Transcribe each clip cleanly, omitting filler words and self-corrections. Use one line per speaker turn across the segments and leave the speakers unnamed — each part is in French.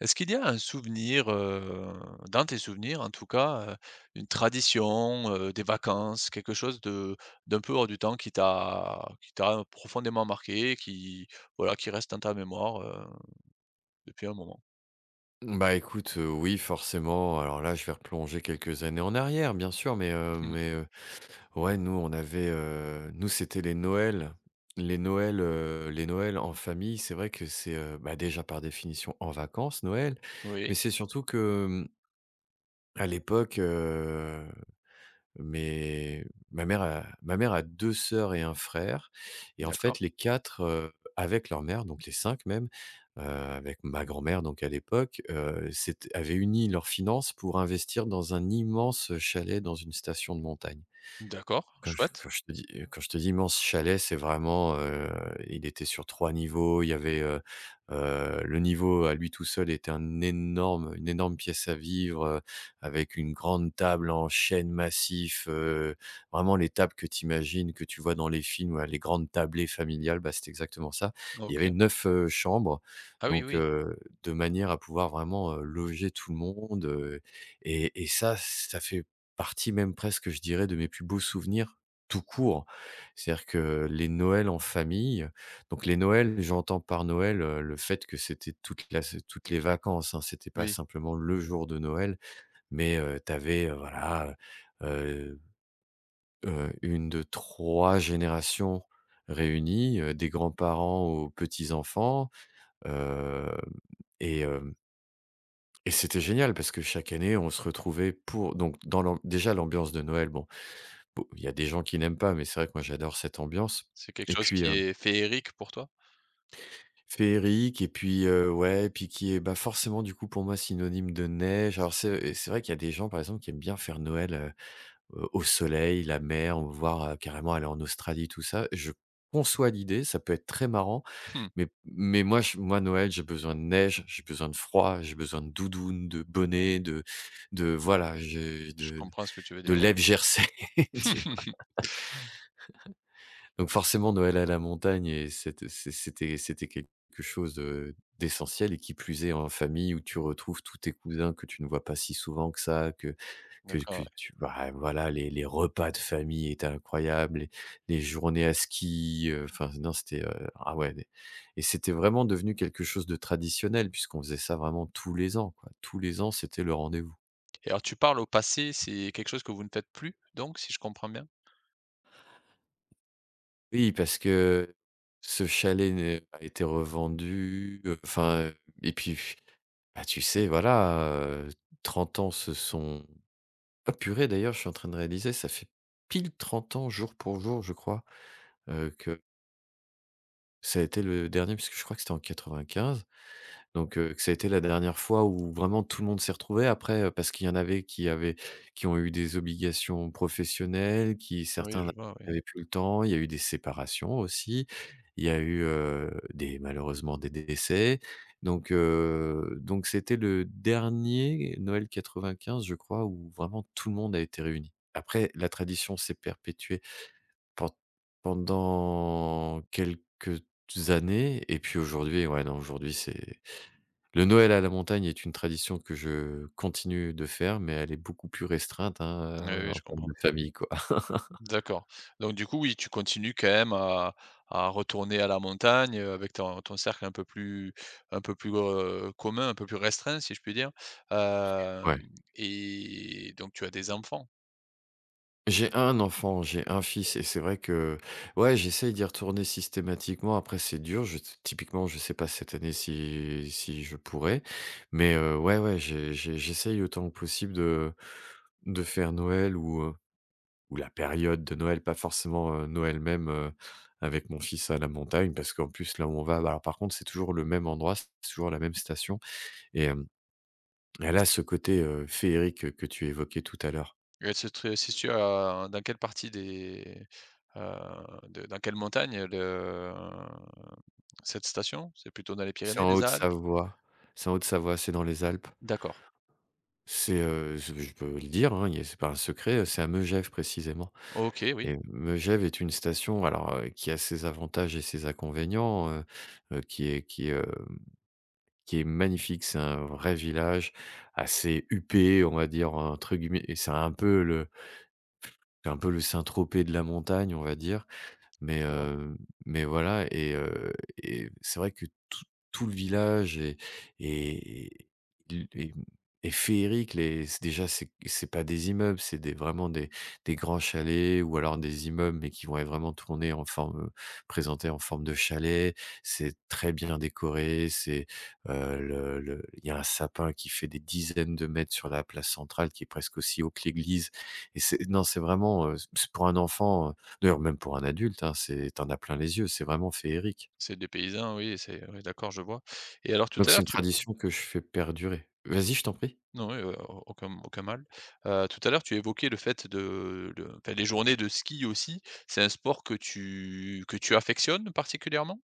Est-ce qu'il y a un souvenir, dans tes souvenirs en tout cas, une tradition, des vacances, quelque chose de d'un peu hors du temps qui t'a profondément marqué, qui voilà, qui reste dans ta mémoire, depuis un moment?
Bah, écoute, oui, forcément. Alors là, je vais replonger quelques années en arrière, bien sûr,
Mmh.
ouais, nous, c'était les Noëls. Les Noëls, les Noëls en famille, c'est vrai que bah, déjà, par définition, en vacances, Noël, mais
Oui,
c'est surtout que, mmh, à l'époque, mais ma mère a 2 sœurs et un frère et en
d'accord,
fait les 4 avec leur mère, donc les 5 même, avec ma grand-mère donc à l'époque, c'ét avaient uni leurs finances pour investir dans un immense chalet dans une station de montagne.
d'accord,
Quand je quand
chouette.
je te dis immense chalet, c'est vraiment, il était sur 3 niveaux. Il y avait, le niveau à lui tout seul était un énorme une énorme pièce à vivre, avec une grande table en chêne massif, vraiment les tables que tu imagines, que tu vois dans les films, ouais, les grandes tablées familiales, bah, c'était exactement ça. Il y avait
OK.
neuf chambres,
Ah oui,
donc
oui,
de manière à pouvoir vraiment, loger tout le monde. Et ça, ça fait partie même presque, je dirais, de mes plus beaux souvenirs tout court. C'est-à-dire que les Noëls en famille donc les Noëls, j'entends par Noël, le fait que c'était toute la toutes les vacances, hein, c'était pas
oui,
simplement le jour de Noël, mais tu avais, voilà, heu 1, 2, 3 générations réunies, des grands-parents aux petits-enfants, hem et hem et c'était génial parce que chaque année, on se retrouvait pour donc dans l'am déjà l'ambiance de Noël. Bon, il y a des gens qui n'aiment pas, mais c'est vrai que moi j'adore cette ambiance
c'est quelque
et
chose
puis,
qui est féerique pour toi?
féerique et puis, ouais, et puis qui est, bah, forcément du coup pour moi synonyme de neige. Alors c'est vrai qu'il y a des gens par exemple qui aiment bien faire Noël, au soleil, la mer, ou voire, carrément aller en Australie, tout ça. Je conçois l'idée, ça peut être très marrant,
Mmh.
mais moi Noël, j'ai besoin de neige, j'ai besoin de froid, j'ai besoin de doudoune, de bonnet, de voilà, j'ai
Je comprends ce que tu veux
de
dire.
lèvres gercées. Donc forcément, Noël à la montagne, et c'était c'est c'était c'était quelque chose, d'essentiel et qui plus est en famille où tu retrouves tous tes cousins que tu ne vois pas si souvent que ça,
D'accord,
que
ouais.
tu bah, voilà, les repas de famille étaient incroyables, les journées à ski, enfin non, c'était, ah ouais des et c'était vraiment devenu quelque chose de traditionnel puisqu'on faisait ça vraiment tous les ans, quoi. Tous les ans, c'était le rendez-vous.
Et alors tu parles au passé, c'est quelque chose que vous ne faites plus donc, si je comprends bien?
Oui, parce que ce chalet n'est a été revendu, enfin, et puis bah, tu sais, voilà, 30 ans se sont ah purée, d'ailleurs, je suis en train de réaliser, ça fait pile 30 ans jour pour jour, je crois, que ça a été le dernier, puisque je crois que c'était en 95 donc que ça a été la dernière fois où vraiment tout le monde s'est retrouvé après, parce qu'il y en avait qui ont eu des obligations professionnelles, qui
Oui,
certains
je vois, oui.
n'avaient plus le temps. Il y a eu des séparations aussi. Il y a eu, des malheureusement des décès. Donc c'était le dernier Noël 95, je crois, où vraiment tout le monde a été réuni. Après, la tradition s'est perpétuée pen pendant quelques années et puis aujourd'hui, ouais, non, aujourd'hui, c'est le Noël à la montagne est une tradition que je continue de faire, mais elle est beaucoup plus restreinte,
Oui,
hein,
oui,
en
je
termes
comprends.
de famille, quoi.
D'accord. Donc du coup, oui, tu continues quand même à retourner à la montagne, avec ton cercle un peu plus, commun, un peu plus restreint, si je puis dire. Hem
Ouais.
et donc tu as des enfants.
J'ai un enfant, j'ai un fils et c'est vrai que, ouais, j'essaye d'y retourner systématiquement. Après, c'est dur. Je typiquement, je sais pas cette année si je pourrais, mais ouais, ouais, j'essaye autant que possible de faire Noël ou la période de Noël, pas forcément, Noël même, avec mon fils à la montagne parce qu'en plus là où on va bah, alors par contre c'est toujours le même endroit, c'est toujours la même station et hem, elle a ce côté, féerique, que tu évoquais tout à l'heure.
Et elle se tr si tu as dans quelle partie des, heu, de dans quelle montagne le cette station? C'est plutôt dans les
C'est
Pyrénées,
en
les Alpes?
Haute-Savoie, c'est en Haute-Savoie, c'est dans les Alpes.
D'accord.
C'est, je peux le dire, hein, y a c'est pas un secret, c'est à Megève précisément
OK, oui,
et Megève est une station alors, qui a ses avantages et ses inconvénients, heu, qui est qui est, hem qui est magnifique. C'est un vrai village assez huppé, on va dire, entre guillemets et c'est un peu le Saint-Tropez de la montagne, on va dire. Mais,
je vois.
mais voilà et c'est vrai que tout le village est est est est féerique. Les c'est déjà, c'est pas des immeubles, c'est des vraiment des grands chalets ou alors des immeubles, mais qui vont être vraiment tournés en forme, présentés en forme de chalet. C'est très bien décoré, c'est, le il y a un sapin qui fait des dizaines de mètres sur la place centrale, qui est presque aussi haut que l'église et c'est non, c'est vraiment, c'est pour un enfant, d'ailleurs, même pour un adulte, hein, c'est tu en as plein les yeux, c'est vraiment féerique.
C'est des paysans, oui, c'est oui, d'accord, je vois. Et alors tout à
Donc c'est
l'heure,
une
tu
tradition que je fais perdurer. Vas-y, je t'en prie.
Non, oui, aucun mal. Tout à l'heure, tu évoquais le fait de enfin, les journées de ski aussi. C'est un sport que tu affectionnes particulièrement?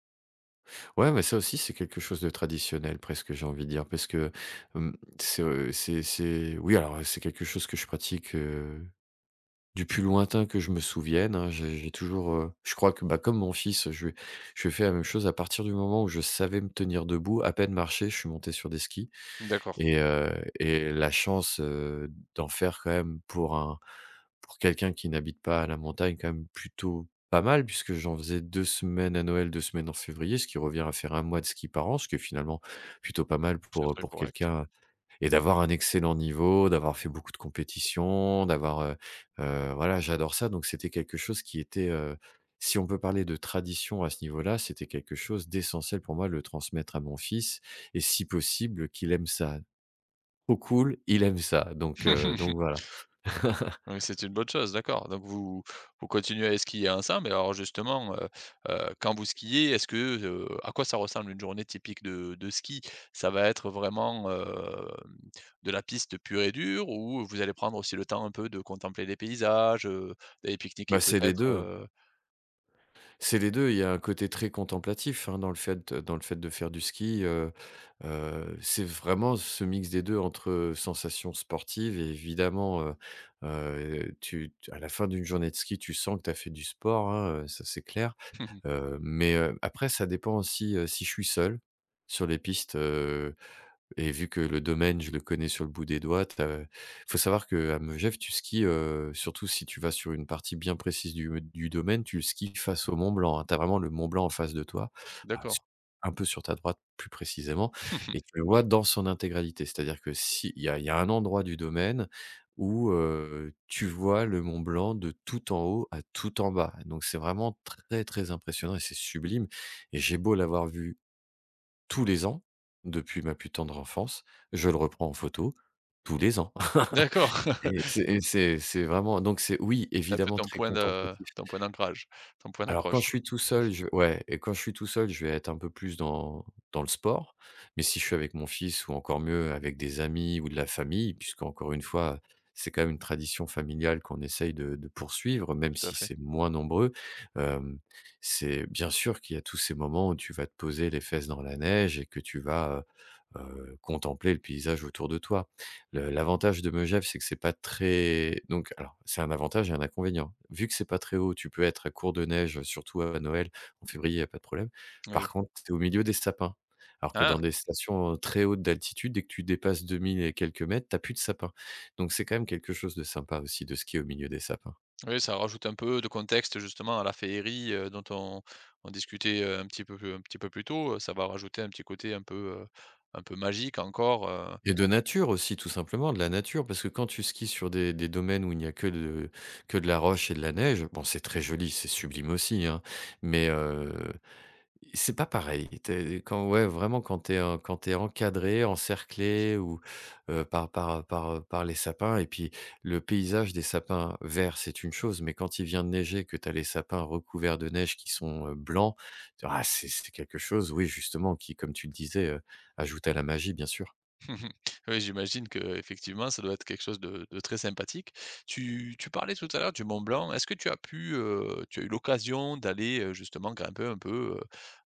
Ouais, mais ça aussi, c'est quelque chose de traditionnel presque, j'ai envie de dire, parce que, hem, c'est, c'est oui, alors, c'est quelque chose que je pratique, du plus lointain que je me souvienne, hein. J'ai toujours, je crois que, bah, comme mon fils, je lui ai la même chose. À partir du moment où je savais me tenir debout, à peine marcher, je suis monté sur des skis.
D'accord,
Et la chance, d'en faire quand même pour quelqu'un qui n'habite pas à la montagne, quand même plutôt pas mal puisque j'en faisais 2 semaines à Noël, 2 semaines en février, ce qui revient à faire un mois de ski par an, ce qui est finalement plutôt pas mal
c'est très
pour
correct.
quelqu'un et d'avoir un excellent niveau, d'avoir fait beaucoup de compétitions, d'avoir, voilà, j'adore ça, donc c'était quelque chose qui était, si on peut parler de tradition à ce niveau-là, c'était quelque chose d'essentiel pour moi de le transmettre à mon fils et si possible qu'il aime ça. Trop cool, il aime ça, donc voilà.
Oui, c'est une bonne chose, d'accord. Donc vous vous continuez à skier ensemble et alors justement, quand vous skiez, est-ce que, à quoi ça ressemble une journée typique de ski? Ça va être vraiment, hem, de la piste pure et dure ou vous allez prendre aussi le temps un peu de contempler les paysages, d'aller pique-niquer
Bah, c'est les
peut-être,
2. C'est les 2. Il y a un côté très contemplatif, hein, dans le fait de faire du ski, c'est vraiment ce mix des 2 entre sensations sportives et évidemment, tu à la fin d'une journée de ski, tu sens que tu as fait du sport, hein, ça c'est clair.
Mhm.
Après ça dépend aussi, si je suis seul sur les pistes. Et vu que le domaine, je le connais sur le bout des doigts, il faut savoir qu'à Megève, tu skis, surtout si tu vas sur une partie bien précise du domaine, tu skis face au Mont-Blanc, hein. Tu as vraiment le Mont-Blanc en face de toi, enfin, s
D'accord,
un peu sur ta droite plus précisément et tu le vois dans son intégralité. C'est-à-dire que si il y a un endroit du domaine où, tu vois le Mont-Blanc de tout en haut à tout en bas. Donc c'est vraiment très, très impressionnant et c'est sublime et j'ai beau l'avoir vu tous les ans, depuis ma plus tendre enfance, je le reprends en photo tous les ans
d'accord.
et c'est vraiment donc c'est oui,
C'est un peu
évidemment
ton
très
point de
contemplatif.
ton point d'ancrage, ton point
Alors quand
d'accroche,
je suis tout seul, je ouais et quand je suis tout seul, je vais être un peu plus dans le sport. Mais si je suis avec mon fils ou encore mieux avec des amis ou de la famille, puisque encore une fois, c'est quand même une tradition familiale qu'on essaye de poursuivre, même
tout à
si
fait.
c'est moins nombreux. Hem, c'est bien sûr qu'il y a tous ces moments où tu vas te poser les fesses dans la neige et que tu vas, contempler le paysage autour de toi. Le L'avantage de Megève, c'est que c'est pas très donc alors, c'est un avantage et un inconvénient. Vu que c'est pas très haut, tu peux être à court de neige, surtout à Noël. En février, il y a pas de problème. Par
Oui.
contre, tu es au milieu des sapins. Alors que dans
Ah!
des stations, très hautes d'altitude, dès que tu dépasses 2000 et quelques mètres, t'as plus de sapins. Donc c'est quand même quelque chose de sympa aussi de skier au milieu des sapins.
Oui, ça rajoute un peu de contexte justement à la féerie, dont on discutait, un petit peu plus un petit peu plus tôt, ça va rajouter un petit côté heu, un peu magique encore,
Et de nature aussi, tout simplement, de la nature, parce que quand tu skis sur des domaines où il n'y a que de la roche et de la neige, bon, c'est très joli, c'est sublime aussi, hein, mais c'est pas pareil. Tu quand ouais, vraiment quand t'es encadré, encerclé ou par les sapins et puis le paysage des sapins verts, c'est une chose, mais quand il vient de neiger, que tu as les sapins recouverts de neige qui sont, blancs. Ah, c'est quelque chose, oui, justement, qui, comme tu le disais, ajoute à la magie, bien sûr.
Mhm. Oui, j'imagine que effectivement, ça doit être quelque chose de très sympathique. Tu parlais tout à l'heure du Mont-Blanc. Est-ce que tu as pu, tu as eu l'occasion d'aller, justement grimper un peu,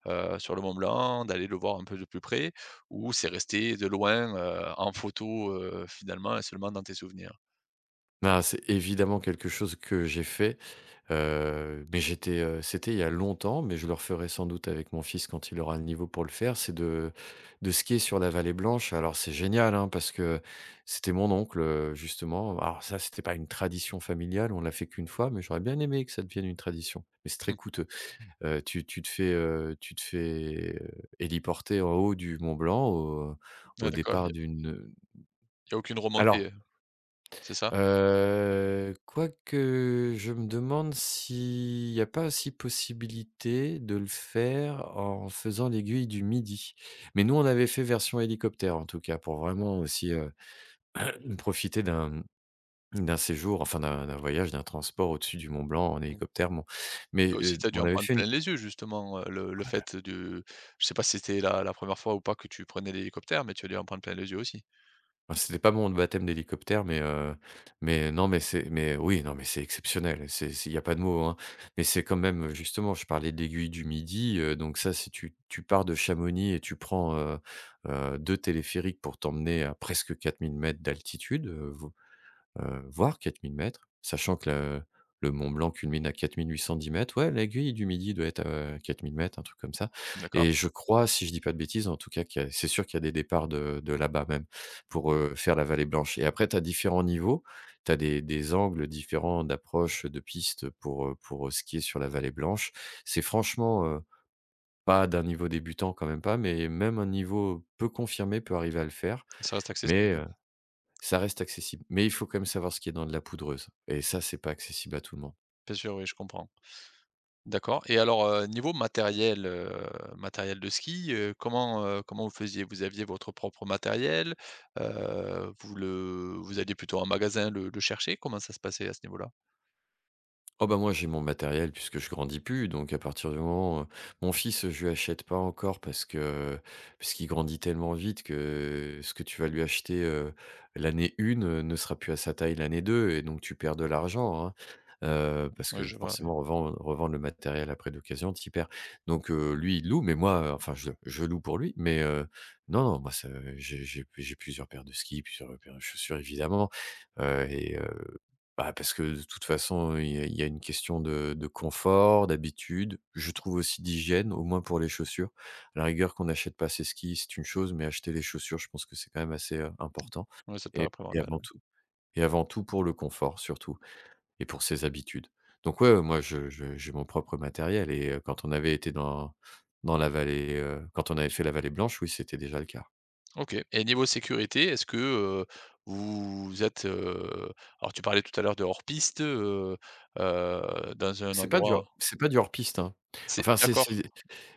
sur le Mont-Blanc, d'aller le voir un peu de plus près? Ou c'est resté de loin, en photo, finalement et seulement dans tes souvenirs?
Ah, c'est évidemment quelque chose que j'ai fait, mais c'était il y a longtemps, mais je le referai sans doute avec mon fils quand il aura le niveau pour le faire, c'est de skier sur la Vallée Blanche. Alors c'est génial, hein, parce que c'était mon oncle, justement. Alors ça, c'était pas une tradition familiale, on l'a fait qu'une fois, mais j'aurais bien aimé que ça devienne une tradition, mais c'est très coûteux. Tu te fais, héliporter en haut du Mont Blanc au
Ah
au
d'accord, il y
départ
a
d'une,
y a aucune
alors.
remontée, C'est ça?
Quoique, je me demande s'il n'y a pas aussi possibilité de le faire en faisant l'aiguille du Midi. Mais nous, on avait fait version hélicoptère, en tout cas, pour vraiment aussi, profiter d'un séjour, enfin d'un voyage, d'un transport au-dessus du Mont Blanc en
Mmh.
hélicoptère, bon. Mais,
Toi aussi, tu as dû
on
en
avait
prendre
fait une.
plein les yeux justement, le fait de je sais pas si c'était la 1re fois ou pas que tu prenais l'hélicoptère, mais tu as dû en prendre plein les yeux aussi?
Bah, c'était pas mon baptême d'hélicoptère, mais non, mais c'est mais oui, non, mais c'est exceptionnel. C'est il y a pas de mots, hein. Mais c'est quand même, justement, je parlais de l'aiguille du Midi, donc ça, si tu pars de Chamonix et tu prends, 2 téléphériques pour t'emmener à presque 4000 mètres d'altitude, voire 4000 mètres, sachant que le Mont Blanc culmine à 4810 mètres. Ouais, l'aiguille du Midi doit être à 4000 mètres, un truc comme ça.
D'accord,
Et je crois, si je dis pas de bêtises, en tout cas, qu'il y a c'est sûr qu'il y a des départs de là-bas même pour, faire la Vallée Blanche, et après tu as différents niveaux. Tu as des angles différents d'approche de piste pour, skier sur la Vallée Blanche. C'est franchement, pas d'un niveau débutant quand même, pas, mais même un niveau peu confirmé peut arriver à le faire,
ça reste
mais
accessible.
ça reste accessible. Mais il faut quand même savoir ce qu'il y a dans de la poudreuse, et ça, c'est pas accessible à tout le monde.
Bien sûr, oui, je comprends. D'accord et alors, niveau matériel, matériel de ski, comment, comment vous faisiez? Vous aviez votre propre matériel? Vous le vous alliez plutôt en magasin le chercher? Comment ça se passait à ce niveau-là?
Oh bah, moi, j'ai mon matériel puisque je grandis plus. Donc à partir du moment, mon fils, je lui achète pas encore, parce qu'il grandit tellement vite que ce que tu vas lui acheter, l'année une ne sera plus à sa taille l'année deux, et donc tu perds de l'argent, hein. Parce
Ouais,
que
je vois, ouais.
forcément revendre le matériel après d'occasion, tu perds. Donc lui, il loue, mais moi, enfin je loue pour lui, mais non, non, moi ça j'ai plusieurs paires de skis, plusieurs paires de chaussures évidemment, et bah, parce que de toute façon, il y a une question de confort, d'habitude, je trouve aussi d'hygiène, au moins pour les chaussures. À la rigueur qu'on n'achète pas ses skis, c'est une chose, mais acheter les chaussures, je pense que c'est quand même assez, important,
Ouais, ça te
et
paraît
et avant
primordial.
tout et avant tout pour le confort surtout, et pour ses habitudes. Donc ouais, moi je j'ai mon propre matériel, et quand on avait été dans la vallée, quand on avait fait la Vallée Blanche, oui, c'était déjà le cas.
OK et niveau sécurité, est-ce que, vous êtes, alors tu parlais tout à l'heure de hors piste, dans un endroit
C'est pas du hors piste, hein.
c'est
Enfin, c'est c'est
d'accord,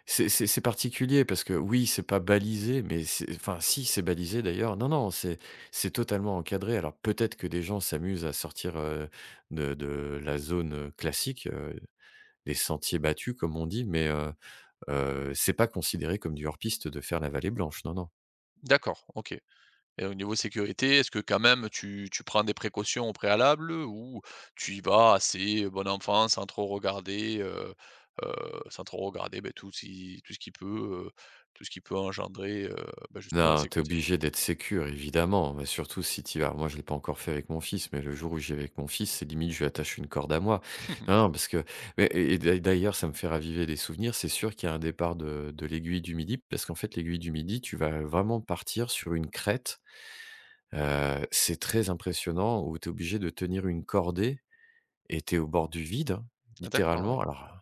c'est c'est c'est particulier, parce que oui, c'est pas balisé, mais c'est, enfin si, c'est balisé d'ailleurs. Non, non, c'est totalement encadré. Alors peut-être que des gens s'amusent à sortir, de la zone, classique, des sentiers battus comme on dit, mais c'est pas considéré comme du hors piste de faire la Vallée Blanche, non, non.
d'accord, OK et au niveau sécurité, est-ce que quand même tu prends des précautions au préalable ou tu y vas assez bon enfant sans trop regarder, sans trop regarder, beh, tout si tout ce qui peut, heu, tout ce qui peut engendrer, bah, justement la
Non, t'es
sécurité?
obligé d'être sécure, évidemment, bah, surtout si t'y vas. Moi, je l'ai pas encore fait avec mon fils, mais le jour où j'y vais avec mon fils, c'est limite je lui attache une corde à moi. Non, non, parce que mais et d'ailleurs, ça me fait raviver des souvenirs, c'est sûr qu'il y a un départ de l'aiguille du Midi, parce qu'en fait, l'aiguille du Midi, tu vas vraiment partir sur une crête, c'est très impressionnant, où tu es obligé de tenir une cordée et tu es au bord du vide, hein,
Ah, d'accord, ouais.
littéralement. Alors,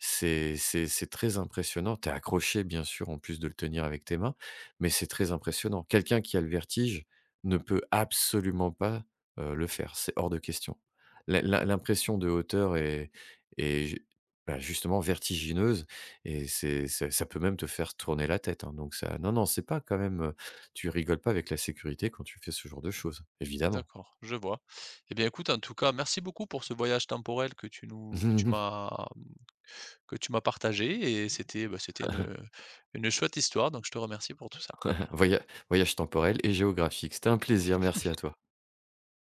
c'est très impressionnant. Tu es accroché, bien sûr, en plus de le tenir avec tes mains, mais c'est très impressionnant. Quelqu'un qui a le vertige ne peut absolument pas, le faire, c'est hors de question. La la L'impression de hauteur est ju bah, justement, vertigineuse, et c'est ça peut même te faire tourner la tête, hein. Donc ça non, non, c'est pas quand même, tu rigoles pas avec la sécurité quand tu fais ce genre de choses, évidemment.
D'accord, je vois. Eh bien, écoute, en tout cas, merci beaucoup pour ce voyage temporel que tu nous, que tu m'as partagé et c'était, bah, c'était une chouette histoire, donc je te remercie pour tout ça.
Voya Voyage temporel et géographique. C'était un plaisir, merci à toi.